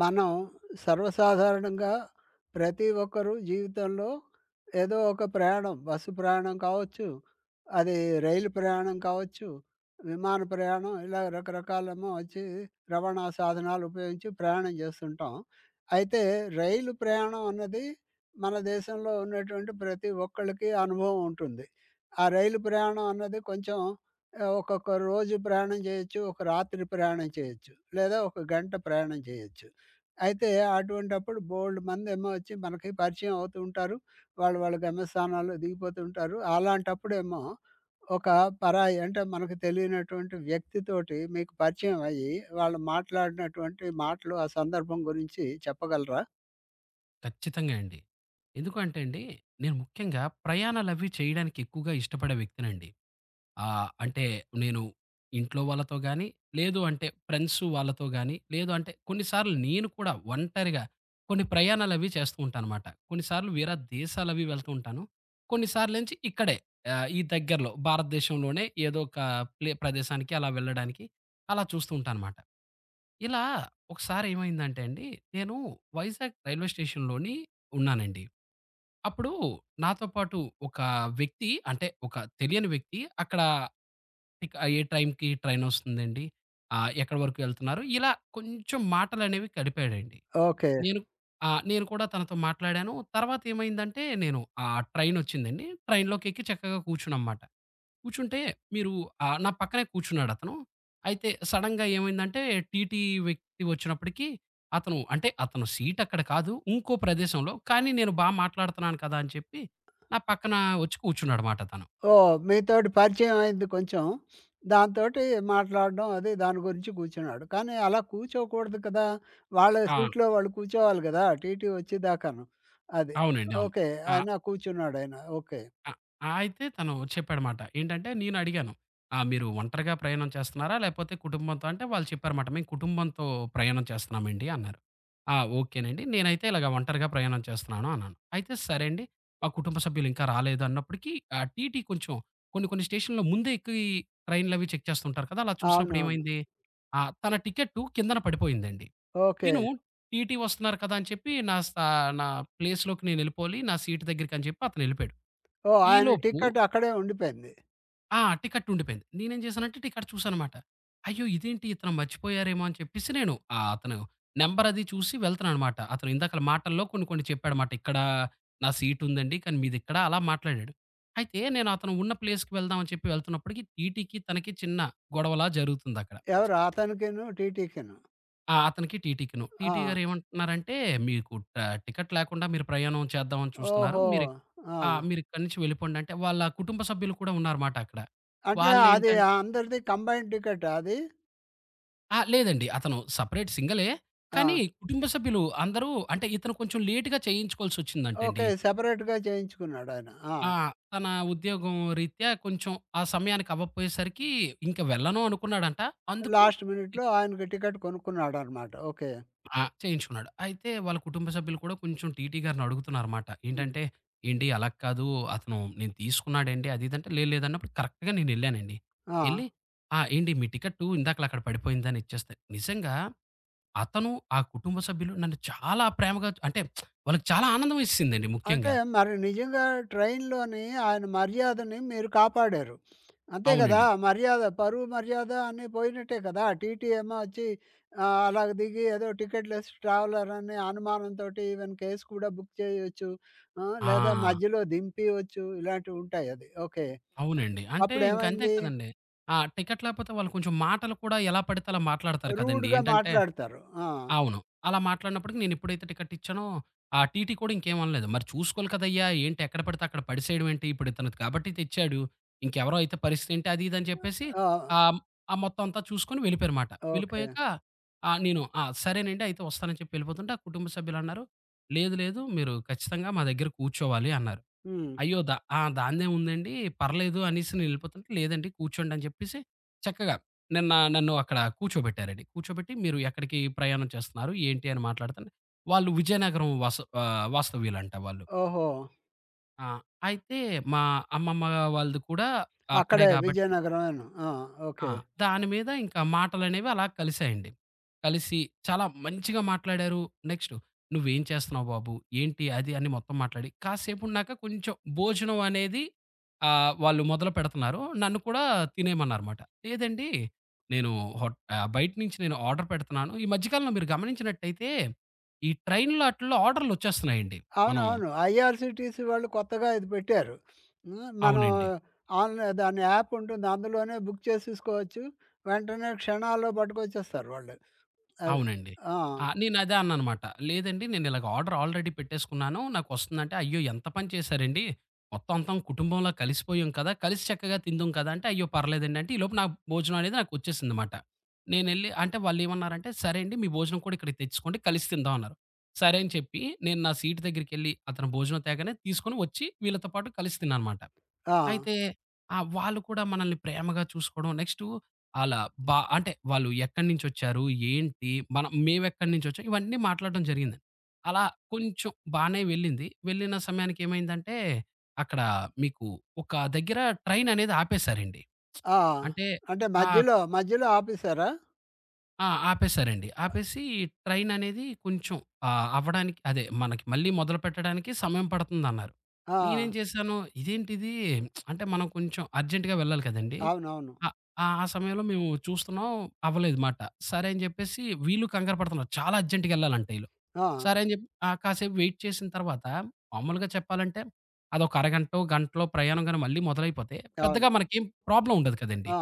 మనం సర్వసాధారణంగా ప్రతి ఒక్కరు జీవితంలో ఏదో ఒక ప్రయాణం బస్సు ప్రయాణం కావచ్చు, అది రైలు ప్రయాణం కావచ్చు, విమాన ప్రయాణం ఇలా రకరకాలేమో వచ్చి రవాణా సాధనాలు ఉపయోగించి ప్రయాణం చేస్తుంటాం. అయితే రైలు ప్రయాణం అన్నది మన దేశంలో ఉన్నటువంటి ప్రతి ఒక్కళ్ళకి అనుభవం ఉంటుంది. ఆ రైలు ప్రయాణం అన్నది కొంచెం ఒక్కొక్క రోజు ప్రయాణం చేయొచ్చు, ఒక రాత్రి ప్రయాణం చేయొచ్చు, లేదా ఒక గంట ప్రయాణం చేయొచ్చు. అయితే అటువంటప్పుడు బోలెడు మందేమో వచ్చి మనకి పరిచయం అవుతూ ఉంటారు. వాళ్ళు వాళ్ళ గమ్యస్థానాల్లో దిగిపోతూ ఉంటారు. అలాంటప్పుడేమో ఒక పరాయి అంటే మనకు తెలియనటువంటి వ్యక్తితోటి మీకు పరిచయం అయ్యి, వాళ్ళు మాట్లాడినటువంటి మాటలు, ఆ సందర్భం గురించి చెప్పగలరా? ఖచ్చితంగా అండి. ఎందుకు అంటే అండి, నేను ముఖ్యంగా ప్రయాణాలవి చేయడానికి ఎక్కువగా ఇష్టపడే వ్యక్తినండి. ఆ! అంటే నేను ఇంట్లో వాళ్ళతో గాని, లేదు అంటే ఫ్రెండ్స్ వాళ్ళతో గాని, లేదు అంటే కొన్నిసార్లు నేను కూడా ఒంటరిగా కొన్ని ప్రయాణాలవి చేస్తూ ఉంటాననమాట. కొన్నిసార్లు వేరే దేశాలవి వెళ్తూ ఉంటాను. కొన్నిసార్లేంచి ఇక్కడే ఈ దగ్గరలో భారతదేశంలోనే ఏదో ఒక ప్రదేశానికి అలా వెళ్ళడానికి అలా చూస్తూ ఉంటానమాట. ఇలా ఒకసారి ఏమైందంటే అండి, నేను వైజాగ్ రైల్వే స్టేషన్‌లోని ఉన్నానండి. అప్పుడు నాతో పాటు ఒక వ్యక్తి అంటే ఒక తెలియని వ్యక్తి అక్కడ ఇక ఏ టైంకి ట్రైనొస్తుందండి? ఎక్కడి వరకు ఎళ్తున్నారు? ఇలా కొంచెం మాటలనేవి కలిపాడండి. ఓకే. నేను ఆ! నేను కూడా తనతో మాట్లాడాను. తర్వాత ఏమైందంటే నేను ఆ ట్రైనొచ్చిందండి. ట్రైన్‌లోకెక్కి చక్కగా కూర్చున్నానమాట. కూర్చుంటే మీరు నా పక్కనే కూర్చున్నాడతను. అయితే సడెన్‌గా ఏమైందంటే టీటీ వ్యక్తి వచ్చినప్పటికి అతను సీట్ అక్కడ కాదు. ఇంకో ప్రదేశంలో. కానీ నేను బా మాట్లాడుతున్నాను కదా! అని చెప్పి నా పక్కన వచ్చి కూర్చున్నాడమాట తను. ఓహ్! మీతోటి పరిచయం అయింది కొంచెం. దాంతోటి మాట్లాడడం అది దాని గురించి కూర్చున్నాడు. కానీ అలా కూర్చోకూడదు కదా! వాళ్ళ ఆ! సీట్‌లో వాళ్ళు కూర్చోవాలి గదా! టీటీ వచ్చేదాకాను. అది. అవునండి. అవును. ఓకే. ఆ! ఆయన కూర్చున్నాడాయన. ఓకే. ఆ! ఆ! అయితే తను చెప్పాడమాట. ఏంటంటే నేను అడిగాను. "ఆ! మీరు ఒంటరిగా ప్రయాణం చేస్తున్నారా? లేపోతే కుటుంబంతో" అంటే వాళ్ళు చెప్పారమాట. "మేము కుటుంబంతో ప్రయాణం చేస్తున్నామండి" అన్నారు. "ఆ! ఓకేనండి. నేనైతే ఇలాగ ఒంటరిగా ప్రయాణం చేస్తున్నాను" అన్నాను. అయితే సరే అండి. మా కుటుంబ సభ్యులు ఇంకా రాలేదు అన్నప్పటికి ఆ టీటీ కొంచెం కొన్ని కొన్ని స్టేషన్‌లో ముందే ఎక్కి ట్రైన్‌లవి చెక్ చేస్తుంటారు కదా! అలా చూసినప్పుడు అవునవును. ఏమైంది? ఆ! తన టికెట్టు కిందన పడిపోయిందండి. ఓకే. తిను టీటీ వస్తున్నారు కదా! అని చెప్పి నా ప్లేస్‌లోకి నేనెళ్ళిపోవాలి. నా సీట్ దగ్గరికని చెప్పి అతనెళ్ళిపోయాడు. ఓహ్! ఆయన ఈలోపు టికెట్ అక్కడే ఉండిపోయింది. ఆ! టికెట్ ఉండిపోయింది. నేనేం చేశానంటే టికెట్ చూసానమాట. అయ్యో! ఇదేంటి ఇతను మర్చిపోయారేమో అని చెప్పేసి నేను అతను నంబర్ అది చూసి వెళ్తున్నాననమాట. అతను ఇందాకల మాటల్లో కొన్ని కొన్ని చెప్పాడమాట. ఇక్కడ నా సీట్ ఉందండి. కానీ మీదిక్కడ అలా మాట్లాడాడు. అయితే నేను అతను ఉన్న ప్లేస్‌కి వెళ్దాం అని చెప్పి వెళ్తున్నప్పటికి టీటీకి, తనకి చిన్న గొడవలా జరుగుతుందక్కడ. ఎవరు అతనికిను, టీటీకిను. ఆ! అతనికి, టీటీకిను. ఆ! టీటీ గారు ఏమంటున్నారంటే, "మీకు ట టికెట్ లేకుండా మీరు ప్రయాణం చేద్దామని చూస్తున్నారు. ఓహో! మీరు ఆ! ఆ! మీరు ఇక్కడి నుంచి వెళ్ళిపోండి" అంటే, వాళ్ళ కుటుంబ సభ్యులు కూడా ఉన్నారమాట అక్కడ. అంటే అది వాళ్ళేంటం అందరిది కంబైన్డ్ టికెటా అది? ఆ! లేదండి. అతను సెపరేట్ సింగలే. ఆ! కానీ కుటుంబ సభ్యులు అందరూ అంటే ఇతను కొంచెం లేట్‌గా చేయించుకోవాల్సొచ్చిందంటండి. ఓకే. సెపరేట్‌గా చేయించుకున్నాడాయన. ఆ! ఆ! తన ఉద్యోగం రీత్యా కొంచెం ఆ సమయానికి అవ్వకపోయేసరికి ఇంక వెళ్ళను అనుకున్నాడంట. అందుకు లాస్ట్ మినిట్‌లో ఆయనకి టికెట్ కొనుక్కున్నాడనమాట. ఓకే. ఆ! చేయించుకున్నాడు. అయితే వాళ్ళ కుటుంబ సభ్యులు కూడా కొంచెం టీటీ గారిని అడుగుతున్నారన్నమాట. హ్మ్. ఏంటంటే, "ఏండి అలా కాదు అతను నేను తీసుకున్నాడేంటి?" అది ఇది అంటే, "లేదు" అన్నప్పుడు కరెక్ట్‌గా నేనెళ్ళానండి. ఆ! ఎళ్లి "ఆ! ఏండి మీ టికెట్టు ఇందాకల అక్కడ పడిపోయిందని" ఇచ్చేస్తే, నిజంగా అతను, ఆ కుటుంబ సభ్యులు నన్ను చాలా ప్రేమగా అంటే వాళ్ళకి చాలా ఆనందం వేసేసిందండి అంటే ముఖ్యంగా. మరి నిజంగా ట్రైన్‌లోని ఆయన మర్యాదని మీరు కాపాడారు. అంతే కదా! అవునండి. మర్యాద, పరువు, మర్యాద అన్నీ పోయినట్టే కదా! టీటీ ఏమో వచ్చి అలాగ దిగి ఏదో టికెట్ లెస్ ట్రావెలర్ అని అనుమానంతోటి ఈవెన్ కేస్ కూడా బుక్ చేయొచ్చు. ఆ! లేదా ఆ! మధ్యలో దింపియొచ్చు. ఇలాంటివి ఉంటాయి అది. ఓకే. అవునండి. అంటే ఇంక అంతే అప్పుడేమైంది? కదండీ. ఆ! టికెట్ లేపోతే వాళ్ళు కొంచెం మాటలు కూడా ఎలా పడితే అలా మాట్లాడతారు కదండీ. రూడ్‌గా ఏంటంటే మాట్లాడతారు. ఆ! అవును. అలా మాట్లాడినప్పటికి నేనెప్పుడైతే టికెట్ ఇచ్చానో, ఆ టీటీ కూడా ఇంకేమనలేదు. మరి చూసుకోవాలి కదయ్యా! ఏంటి ఎక్కడ పడితే అక్కడ పడేసేయడం ఏంటి? ఇప్పుడు ఇతనిది కాబట్టి తెచ్చాడు. ఇంకెవరో అయితే పరిస్థితి ఏంటి? అది ఇది అని చెప్పేసి ఆ! ఆహ్, ఆ మొత్తం అంతా చూసుకొని వెళ్ళిపోయారుమాట. ఓకే. వెళ్ళిపోయాక నేను ఆ! సరేనండి అయితే వస్తానని చెప్పి వెళ్ళిపోతుంటే, ఆ కుటుంబ సభ్యులన్నారు, "లేదు మీరు ఖచ్చితంగా మా దగ్గర కూర్చోవాలి" అన్నారు. హ్మ్. అయ్యో! దా ఆ! దానిదేముందండి పర్లేదు అనేసి నేనెళ్ళిపోతుంటే, లేదండి కూర్చోండి అని చెప్పేసి చక్కగా నిన్న నన్ను అక్కడ కూర్చోబెట్టారండి. కూర్చోబెట్టి మీరు ఎక్కడికి ప్రయాణం చేస్తున్నారు? ఏంటి? అని మాట్లాడుతుంటే, వాళ్ళు విజయనగరం వాస ఆహ్, వాస్తవ్యులంట వాళ్ళు. ఓహో! ఆ! అయితే మా అమ్మమ్మ వాళ్ళది కూడా అక్కడే అక్కడే కాబట్టి విజయనగరమేను. ఆ! ఆ! ఓకే. దాని మీద ఇంకా మాటలనేవి అలా కలిసాయండి. కలిసి చాలా మంచిగా మాట్లాడారు. నెక్స్ట్ "నువ్వేం చేస్తున్నావు బాబు? ఏంటి?" అది అని మొత్తం మాట్లాడి, కాసేపున్నాక కొంచెం భోజనం అనేది వాళ్ళు మొదలు పెడుతున్నారు. నన్ను కూడా తినేయమన్నారమాట. "లేదండి, నేను బయట నుంచి నేను ఆర్డర్ పెడుతున్నాను." ఈ మధ్య కాలంలో మీరు గమనించినట్టయితే, ఈ ట్రైన్‌లో ఆటిల్లో ఆర్డర్‌లొచ్చేస్తున్నాయండి. అవును. మనం అవును. ఐఆర్‌సీటీసీ వాళ్ళు కొత్తగా ఇది పెట్టారు. హ్మ్. మనం అవునండి. ఆన్‌లై దాని యాప్ ఉంటుంది. అందులోనే బుక్ చేసేసుకోవచ్చు. వెంటనే క్షణాల్లో పట్టుకొచ్చేస్తారు వాళ్ళు. అది. అవునండి. ఆ! ఆ! నేనదే అన్నానమాట. లేదండి నేనిలాగ ఆర్డర్ ఆల్రెడీ పెట్టేసుకున్నాను. నాకొస్తుందంటే, అయ్యో! ఎంత పని చేశారండి. మొత్తం అంతం కుటుంబంలా కలిసిపోయాం కదా! కలిసి చక్కగా తిందుం కదా! అంటే, అయ్యో! పర్లేదండి అంటే, ఈలోపు నా భోజనం అనేది నాకొచ్చేసిందమాట. నేనెళ్ళి అంటే వాళ్ళేమన్నారంటే, సరే అండి మీ భోజనం కూడా ఇక్కడికి తెచ్చుకోండి కలిసి తిందాం అన్నారు. సరే అని చెప్పి, నేను నా సీటు దగ్గరికెళ్ళి అతను భోజనం తేగానే తీసుకొని వచ్చి వీళ్ళతో పాటు కలిసి తిన్నానమాట. ఆ! అయితే ఆ! వాళ్ళు కూడా మనల్ని ప్రేమగా చూసుకోవడం నెక్స్టు ఆలా బా అంటే వాళ్ళు ఎక్కడినుంచొచ్చారు? ఏంటి? మనం మేమెక్కడినుంచొచ్చాం? ఇవన్నీ మాట్లాడడం జరిగిందండి. అలా కొంచెం బానే వెళ్ళింది. వెళ్ళిన సమయానికి ఏమైందంటే అక్కడ మీకు ఒక దగ్గర ట్రైన్ అనేది ఆపేశారండి. ఆ! అంటే అంటే ఆ! మధ్యలో ఆపేసారా? ఆ! ఆపేశారండి. ఆపేసి ట్రైననేది కొంచెం అవ్వడానికి అదే మనకి మళ్ళీ మొదలుపెట్టడానికి సమయం పడుతుందన్నారు. ఆ! నేనేం చేశాను, ఇదేంటిది అంటే మనం కొంచెం అర్జెంట్‌గా వెళ్ళాలి కదండీ! అవునవును. ఆహ్, ఆ ఆ సమయంలో మేము చూస్తున్నాం అవ్వలేదు మాట. సరే అని చెప్పేసి వీళ్ళు కంగారు పడుతున్నారు. చాలా అర్జెంట్‌గా ఎళ్ళాలంట ఈళ్ళు. ఆ! సరే అని చెప్పి కాసేపు వెయిట్ చేసిన తర్వాత మామూలుగా చెప్పాలంటే అదొక అరగంటో, గంటలో ప్రయాణం గాని మళ్ళీ మొదలైపోతే అవును. పెద్దగా మనకేం ప్రాబ్లమ్ ఉండదు కదండీ! ఆ!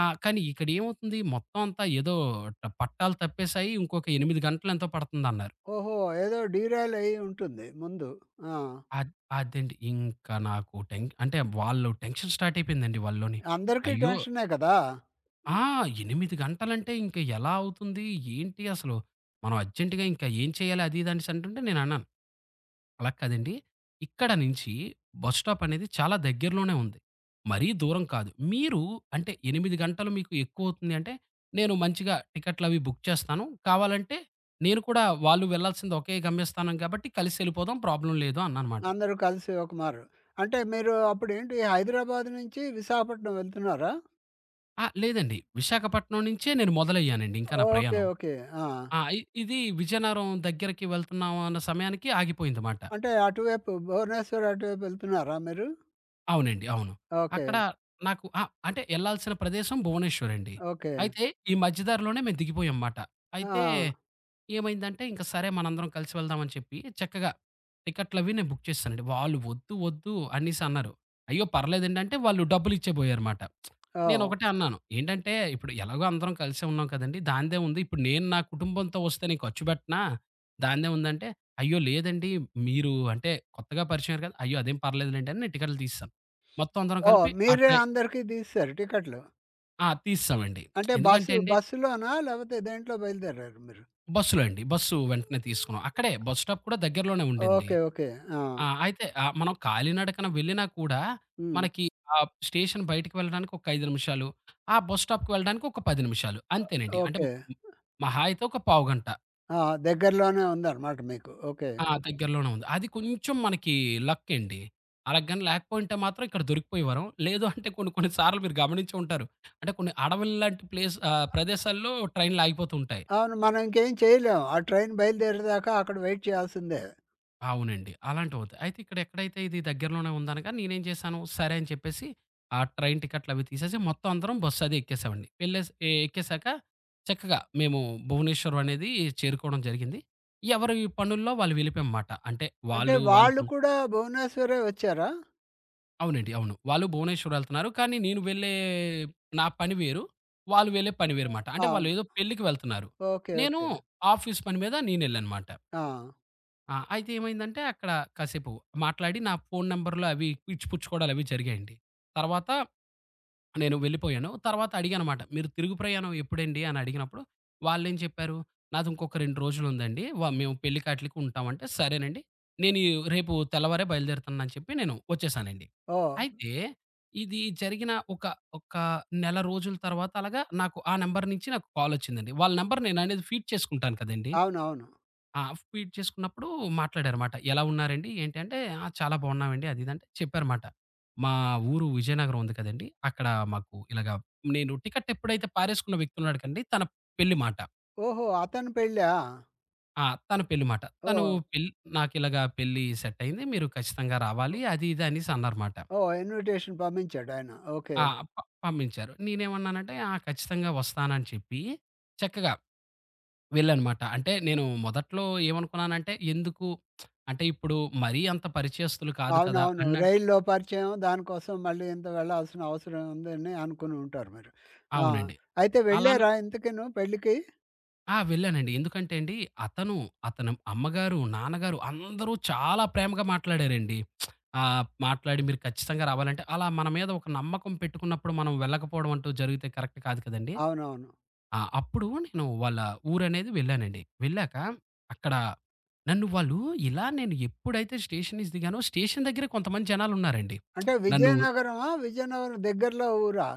ఆ! కానీ ఇక్కడేమవుతుంది మొత్తం అంతా ఏదో పట్టాలు తప్పేసాయి. ఇంకొక 8 గంటలు ఎంతో పడుతుందన్నారు. ఓహో! ఏదో డీరైల్ అయ్యి ఉంటుంది ముందు. ఆ! అద్ అదండి. ఇంకా నాకు టెన్ అంటే వాళ్ళు టెన్షన్ స్టార్ట్ అయిపోయిందండి వాళ్ళలోని. అందరికీ అయ్యో! టెన్షనే కదా! ఆ! 8 గంటలంటే ఇంక ఎలా అవుతుంది? ఏంటి అసలు? మనం అర్జెంట్‌గా ఇంకా ఏం చేయాలి? అది ఇది అనేసి అంటుంటే నేనన్నాను. అలా కాదండి. ఇక్కడ నుంచి బస్ స్టాప్ అనేది చాలా దగ్గరలోనే ఉంది. మరీ దూరం కాదు. మీరు అంటే 8 గంటలు మీకు ఎక్కువవుతుంది అంటే, నేను మంచిగా టికెట్లవి బుక్ చేస్తాను. కావాలంటే నేను కూడా వాళ్ళు వెళ్ళాల్సింది ఒకే గమ్యస్థానం కాబట్టి కలిసెళ్ళిపోదాం ప్రాబ్లమ్ లేదు అన్నానమాట. అందరూ కలిసి ఒక మారు. అంటే మీరు అప్పుడేంటి హైదరాబాద్ నుంచి విశాఖపట్నం వెళ్తున్నారా? ఆ! లేదండి. విశాఖపట్నం నుంచే నేను మొదలయ్యానండి ఇంకా నా ఓకే. ప్రయాణం. ఓకే. ఆ! ఆ! ఇది విజయనగరం దగ్గరకి వెళ్తున్నాం అన్న సమయానికి ఆగిపోయిందమాట. అంటే అటువైపు భువనేశ్వర్ అటువైపు వెళ్తున్నారా మీరు? అవునండి. అవును. ఓకే. అక్కడ నాకు ఆ! అంటే ఎళ్ళాల్సిన ప్రదేశం భువనేశ్వర్ అండి. ఓకే. అయితే ఈ మధ్య దారిలోనే మేము దిగిపోయాం మాట. అయితే ఆ! ఏమైందంటే ఇంక సరే మనందరం కలిసి వెళ్దామని చెప్పి చక్కగా టికెట్లవి నేను బుక్ చేశానండి. వాళ్ళు వద్దు, వద్దు అనేసి అన్నారు. అయ్యో! పర్లేదండి అంటే వాళ్ళు డబ్బులిచ్చే పోయారుమాట. ఓహ్! నేనొకటే అన్నాను. ఏంటంటే ఇప్పుడు ఎలాగో అందరం కలిసే ఉన్నాం కదండీ! దానిదే ఉంది. ఇప్పుడు నేను నా కుటుంబంతో వస్తే నేను ఖర్చు పెట్టనా? దానిదే ఉందంటే, అయ్యో! లేదండి మీరు అంటే కొత్తగా పరిచయం అయ్యారు కదా! అయ్యో! అదేం పర్లేదులెండి అని నేను టికెట్లు తీసేసాను. మొత్తం అందరం ఓహ్! కలిపి మీరే అందరికీ తీసేసారు టికెట్లు. ఆ! తీసేసామండి. అంటే ఎందుకంటే బస్సు అండి బస్సులోనా? లేకపోతే దేంట్లో బయలుదేరారు మీరు? బస్సులో అండి. బస్సు వెంటనే తీసుకున్నాం. అక్కడే బస్ స్టాప్ కూడా దగ్గరలోనే ఉండింది. ఓకే. ఓకే. ఆ! ఆ! అయితే మనం కాలినడకన వెళ్ళినా కూడా హ్మ్. మనకి ఆ స్టేషన్ బయటికి వెళ్ళడానికి ఒక 5 నిమిషాలు, ఆ బస్ స్టాప్‌కి వెళ్ళడానికి ఒక 10 నిమిషాలు అంతేనండి. అంటే ఓకే. మహా అయితే ఒక పావుగంట. ఆ! దగ్గరలోనే ఉందన్నమాట మీకు. ఓకే. ఆ! దగ్గరలోనే ఉంది. అది కొంచెం మనకి లక్ అండి. అలా గాని లేకపోయింటే మాత్రం ఇక్కడ దొరికిపోయేవారం. లేదు అంటే కొన్ని కొన్ని సార్లు మీరు గమనించి ఉంటారు. అంటే కొన్ని అడవుల్లాంటి ప్రదేశాల్లో ట్రైన్‌లు ఆగిపోతూ ఉంటాయి. అవును. మనం ఇంకేం చేయలేం. ఆ ట్రైన్ బయలుదేరేదాకా అక్కడ వెయిట్ చేయాల్సిందే. అవునండి. అలాంటివవుతాయి. అయితే ఇక్కడ ఎక్కడైతే ఇది దగ్గరలోనే ఉందనగా నేనేం చేశాను, సరే అని చెప్పేసి ఆ ట్రైన్ టికెట్లవి తీసేసి మొత్తం అందరం బస్ అది ఎక్కేసామండి. వెళ్ళేసి ఎక్కేసాక చక్కగా మేము భువనేశ్వరం అనేది చేరుకోవడం జరిగింది. ఎవరి పనుల్లో వాళ్ళు వెళ్ళిపోయామమాట. అంటే అంటే వాళ్ళు వాళ్ళ వాళ్ళు పనులు కూడా భువనేశ్వరే వచ్చారా? అవునండి. అవును. వాళ్ళు భువనేశ్వరం వెళ్తున్నారు. కానీ నేను వెళ్ళే నా పని వేరు. వాళ్ళు వెళ్ళే పని వేరుమాట. అంటే అవును. వాళ్ళేదో పెళ్ళికి వెళ్తున్నారు. ఓకే. నేను ఓకే. ఆఫీస్ పని మీద నేనెళ్ళానుమాట. ఆ! ఆ! అయితే ఏమైందంటే అక్కడ కాసేపు మాట్లాడి నా ఫోను నంబర్‌లు అవి ఇచ్చిపుచ్చుకోవడాలు అవి జరిగాయండి. తర్వాత నేను వెళ్ళిపోయాను. తర్వాత అడిగానమాట. "మీరు తిరుగు ప్రయాణం ఎప్పుడండి?" అని అడిగినప్పుడు వాళ్ళేం చెప్పారు, "నాది ఇంకొక 2 రోజులుందండి. మేము పెళ్ళికి ఆటిలకి ఉంటామంటే సరేనండి. నేను ఈ రేపు తెల్లవారే బయలుదేరుతాను" అని చెప్పి నేను వచ్చేసానండి. ఓహ్! అయితే ఇది జరిగిన ఒక నెల రోజుల తర్వాత అలాగా నాకు ఆ నంబర్ నుంచి నాకు కాలొచ్చిందండి. వాళ్ళ నంబర్ నేననేది ఫీడ్ చేసుకుంటాను కదండీ! అవునవును. ఆ! ఫీడ్ చేసుకున్నప్పుడు మాట్లాడారమాట. ఎలా ఉన్నారండి? ఏంటి అంటే, "ఆ! చాలా బాగున్నామండి." అది ఇది అంటే చెప్పారుమాట. మా ఊరు విజయనగరం ఉంది కదండీ! అక్కడ మాకు ఇలాగ నేను టికెట్ ఎప్పుడైతే పారేసుకున్న వ్యక్తి ఉన్నాడు కండి, తన పెళ్లి మాట. ఓహో! అతని పెళ్ళా? ఆ! తన పెళ్లి మాట. తను ఓహ్! పెళ్లి "నాకిలాగ పెళ్లి సెట్ అయింది. మీరు ఖచ్చితంగా రావాలి." ఓహ్! అది ఇది అనేసి అన్నారుమాట. ఓహ్! ఇన్విటేషన్ పంపించాడాయన. ఓకే. ఆ! ప పంపించారు. నేనేమన్నానంటే, "ఆ! ఖచ్చితంగా వస్తాను" అని చెప్పి చక్కగా వెళ్ళానమాట. అంటే నేను మొదట్లో ఏమనుకున్నానంటే, ఎందుకు అంటే ఇప్పుడు మరీ అంత పరిచయస్తులు కాదు కదా! అవునవును. అన్నట్టు రైల్‌లో పరిచయం దానికోసం మళ్ళీ ఇంత వెళ్ళాల్సిన అవసరం ఉందని అనుకుని ఉంటారు మీరు. ఆ! అవునండి. అయితే అలానే వెళ్లారా ఇంతకీను పెళ్ళికి? ఆ! వెళ్ళానండి. ఎందుకంటే అండి, అతను, అతని అమ్మగారు, నాన్నగారు అందరూ చాలా ప్రేమగా మాట్లాడారండి. మాట్లాడి మీరు ఖచ్చితంగా రావాలంటే, అలా మన మీద ఒక నమ్మకం పెట్టుకున్నప్పుడు మనం వెళ్ళకపోవడం అంటూ జరిగితే కరెక్ట్ కాదు కదండీ! అవునవును. ఆ! అప్పుడు నేను వాళ్ళ ఊరనేది వెళ్ళానండి. వెళ్ళాక అక్కడ నన్ను వాళ్ళు ఇలా నేను ఎప్పుడైతే స్టేషన్స్ దిగానో స్టేషన్ దగ్గరే కొంతమంది జనాలున్నారండి. అంటే నన్ను విజయనగరమా? విజయనగరం దగ్గరలో ఊరా?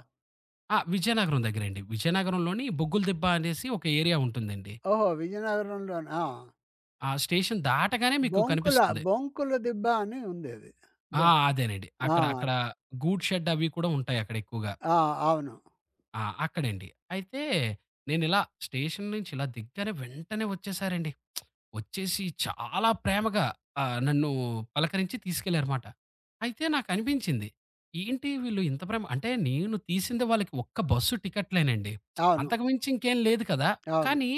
ఆ! విజయనగరం దగ్గరండి. విజయనగరంలోని బొగ్గుల దిబ్బ అనేసి ఒక ఏరియా ఉంటుందండి. ఓహో! విజయనగరంలోనా? ఆ! ఆ స్టేషన్ దాటగానే మీకు బొంకుల, కనిపిస్తుంది. బొంకుల దిబ్బ అని ఉందది. ఆ! బొ అదేనండి. ఆ! అక్కడ అక్కడ గూడ్ షెడ్ అవి కూడా ఉంటాయి అక్కడ ఎక్కువగా. ఆ! అవును. ఆ! అక్కడండి. అయితే నేనిలా స్టేషన్ నుంచి ఇలా దిగ్గానే వెంటనే వచ్చేసారండి. వచ్చేసి చాలా ప్రేమగా నన్ను పలకరించి తీసుకెళ్లారుమాట. అయితే నాకనిపించింది, ఏంటి వీళ్ళు ఇంత ప్రేమ అంటే నేను తీసింది వాళ్ళకి ఒక్క బస్సు టికెట్‌లేనండి. అవును. అంతకు మించి ఇంకేం లేదు కదా! అవును. కానీ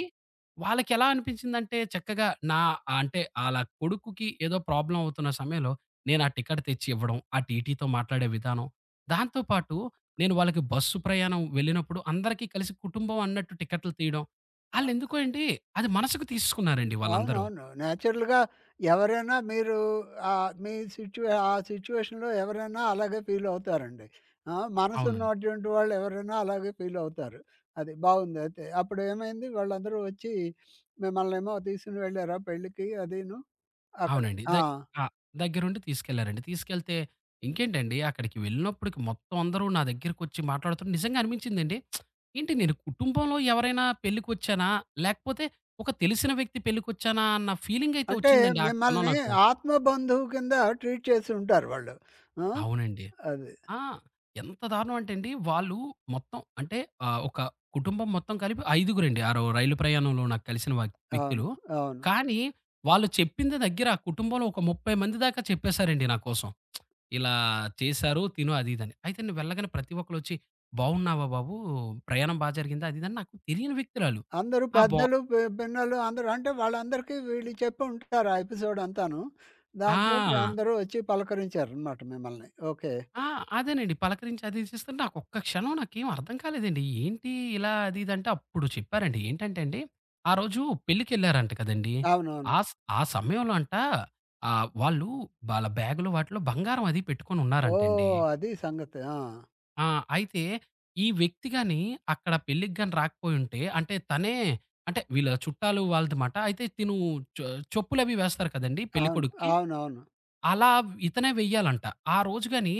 వాళ్ళకెలా అనిపించిందంటే చక్కగా నా ఆ అంటే ఆళ్ళ కొడుకుకి ఏదో ప్రాబ్లమ్ అవుతున్న సమయంలో నేను ఆ టికెట్ తెచ్చి ఇవ్వడం, ఆ టీటీతో మాట్లాడే విధానం, దాంతో పాటు నేను వాళ్ళకి బస్సు ప్రయాణం వెళ్ళినప్పుడు అందరికీ కలిసి కుటుంబం అన్నట్టు టికెట్లు తీయడం. ఆళ్ళెందుకో అండి అది మనసుకు తీసేసుకున్నారండి వాళ్ళందరూ. అవునవును. నేచురల్‌గా ఎవరైనా మీరు మీ సిచ్యువే ఆ సిచ్యుయేషన్‌లో ఎవరైనా అలాగే ఫీల్ అవుతారండి. ఆ! అవునండి. మనసున్నటువంటి వాళ్ళు ఎవరైనా అలాగే ఫీల్ అవుతారు. అది బావుంది అయితే. అప్పుడు ఏమైంది? వాళ్ళందరూ వచ్చి మిమ్మల్నేమో తీసుకొని వెళ్లారా పెళ్ళికి అదీను? అక్కడ అవునండి. ఆ! ఆ! దగ్గరుండి తీసుకెళ్లారండి. తీసుకెళ్తే ఇంకేంటండి అక్కడికి వెళ్ళినప్పటికి మొత్తం అందరూ నా దగ్గరికొచ్చి మాట్లాడుతుంటే నిజంగా అనిపించిందండి. ఏంటి నేను కుటుంబంలో ఎవరైనా పెళ్ళికొచ్చానా? లేకపోతే ఒక తెలిసిన వ్యక్తి పెళ్ళికొచ్చానా? అన్న ఫీలింగయితే అంటే వచ్చిందండి ఆ క్షణం మిమ్మల్ని నాకు. ఆత్మ బంధువు కింద ట్రీట్ చేసి ఉంటారు వాళ్ళు. ఆ! అవునండి. అది. ఆ! ఎంత దారుణం అంటే అండి, వాళ్ళు మొత్తం అంటే ఒక కుటుంబం మొత్తం కలిపి ఐదుగురండి. ఆ రో రైలు ప్రయాణంలో నాకు కలిసిన వ్యక్తులు. అవును. అవును. కానీ వాళ్ళు చెప్పింది దగ్గర కుటుంబంలో ఒక 30 మంది దాకా చెప్పేసారండి నా కోసం. ఇలా చేశారు, తిను అది ఇదని. అయితే నేను వెళ్ళగానే ప్రతి ఒక్కళ్ళొచ్చి, "బాగున్నావా బాబు? ప్రయాణం బా జరిగిందా?" అది ఇదని నాకు తెలియని వ్యక్తురాలు. అందరూ ఆ! బా పెద్దలు, పిన్నలు అందరూ అంటే వాళ్ళందరికీ వీళ్ళు చెప్పి ఉంటారు ఆ ఎపిసోడ్ అంతాను. ఆ! దాంతోటి అందరూ వచ్చి పలకరించారనమాట మిమ్మల్ని. ఓకే. ఆ! అదేనండి. పలకరించి అది చేస్తుంటే నాకొక్క క్షణం నాకేం అర్థం కాలేదండి. ఏంటి ఇలా అది ఇది అంటే అప్పుడు చెప్పారండి. ఏంటంటే అండి, ఆ రోజు పెళ్ళికెళ్లారంట కదండీ! అవునవును. ఆ స్ ఆ సమయంలో అంట వాళ్ళు వాళ్ళ బ్యాగులో వాటిలో బంగారం అది పెట్టుకొని ఉన్నారంటండి. ఓహ్! అది సంగతి. ఆ! ఆ! అయితే ఈ వ్యక్తి గాని అక్కడ పెళ్ళికి గాని రాకపోయుంటే అంటే తనే అంటే వీళ్ళ చుట్టాలు వాళ్ళది మాట. అయితే తిను చొ చెప్పులవి వేస్తారు కదండీ అవును. పెళ్ళికొడుక్కి. అవునవును. అలా ఇతనే వెయ్యాలంట. ఆ రోజు గాని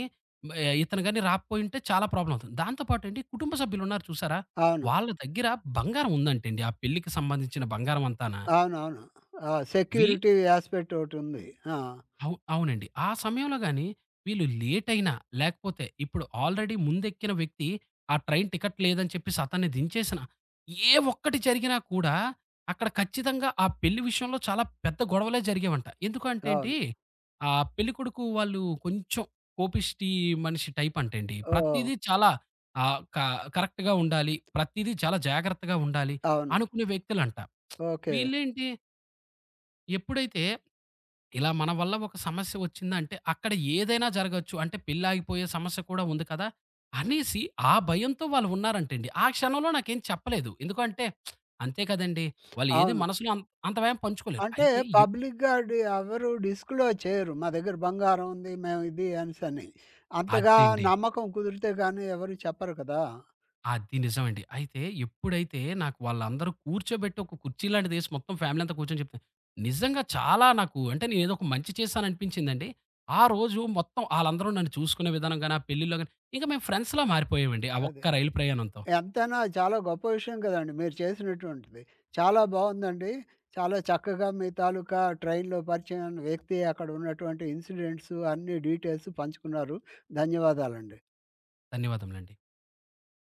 ఇతను గాని రాకపోయుంటే చాలా ప్రాబ్లమ్ అవుతుంది. దాంతో పాటండి కుటుంబ సభ్యులున్నారు చూసారా? అవును. వాళ్ళ దగ్గర బంగారం ఉందంటండి. ఆ పెళ్ళికి సంబంధించిన బంగారం అంతాన. అవునవును. ఆ! వి సెక్యూరిటీ యాస్పెక్ట్ ఒకటుంది. ఆ! అవునండి. ఆ సమయంలో గాని వీళ్ళు లేట్ అయినా, లేకపోతే ఇప్పుడు ఆల్రెడీ ముందెక్కిన వ్యక్తి ఆ ట్రైన్ టికెట్ లేదని చెప్పేసి అతన్ని దించేసినా, ఏ ఒక్కటి జరిగినా కూడా అక్కడ ఖచ్చితంగా ఆ పెళ్లి విషయంలో చాలా పెద్ద గొడవలే జరిగేవంట. ఎందుకంటే అండి, అవును. ఆ పెళ్ళికొడుకు వాళ్ళు కొంచెం కోపిష్టి మనిషి టైప్ అంట అండి. ఓహ్! ప్రతీదీ చాలా ఆహ్, క కరెక్ట్‌గా ఉండాలి. ప్రతీదీ చాలా జాగ్రత్తగా ఉండాలి అవును. అనుకునే వ్యక్తులంట. ఓకే. వీళ్ళేంటి ఎప్పుడైతే ఇలా మన వల్ల ఒక సమస్య వచ్చిందంటే అక్కడ ఏదైనా జరగొచ్చు. అంటే పెళ్లాగిపోయే సమస్య కూడా ఉంది కదా! అనేసి ఆ భయంతో వాళ్ళు ఉన్నారంటండి. ఆ క్షణంలో నాకేం చెప్పలేదు. ఎందుకంటే అంతే కదండీ! వాళ్ళు ఏది అవును. మనసులో అంత అంత భయం పంచుకోలేరు. అంటే అయితే ఎప్ పబ్లిక్‌గా డి ఎవరు డిస్క్లోజ్ చేయరు. మా దగ్గర బంగారం ఉంది. మేము ఇది అనేసని. అంతగా అదండి. నమ్మకం కుదిరితే గాని ఎవరు చెప్పరు కదా! అది నిజమండి. అయితే ఎప్పుడైతే నాకు వాళ్ళందరూ కూర్చోబెట్టి ఒక కుర్చీ లాంటిది ఏసి మొత్తం ఫ్యామిలీ అంతా కూర్చొని చెప్తే, నిజంగా చాలా నాకు అంటే నేనేదో ఒక మంచి చేశాననిపించిందండి. ఆ రోజు మొత్తం ఆళ్ళందరూ నన్ను చూసుకునే విధానం గాని, ఆ పెళ్ళిలో గాని, ఇంక మేము ఫ్రెండ్స్‌లా మారిపోయామండి. ఆ అది. ఒక్క రైలు ప్రయాణంతో. ఎంతైనా చాలా గొప్ప విషయం కదండీ మీరు చేసినటువంటిది. చాలా బావుందండి. చాలా చక్కగా మీ తాలూకా ట్రైన్‌లో పరిచయం అయిన వ్యక్తి, అక్కడ ఉన్నటువంటి ఇన్సిడెంట్స్ అన్ని డీటెయిల్స్ పంచుకున్నారు. ధన్యవాదాలండి. ధన్యవాదములండి.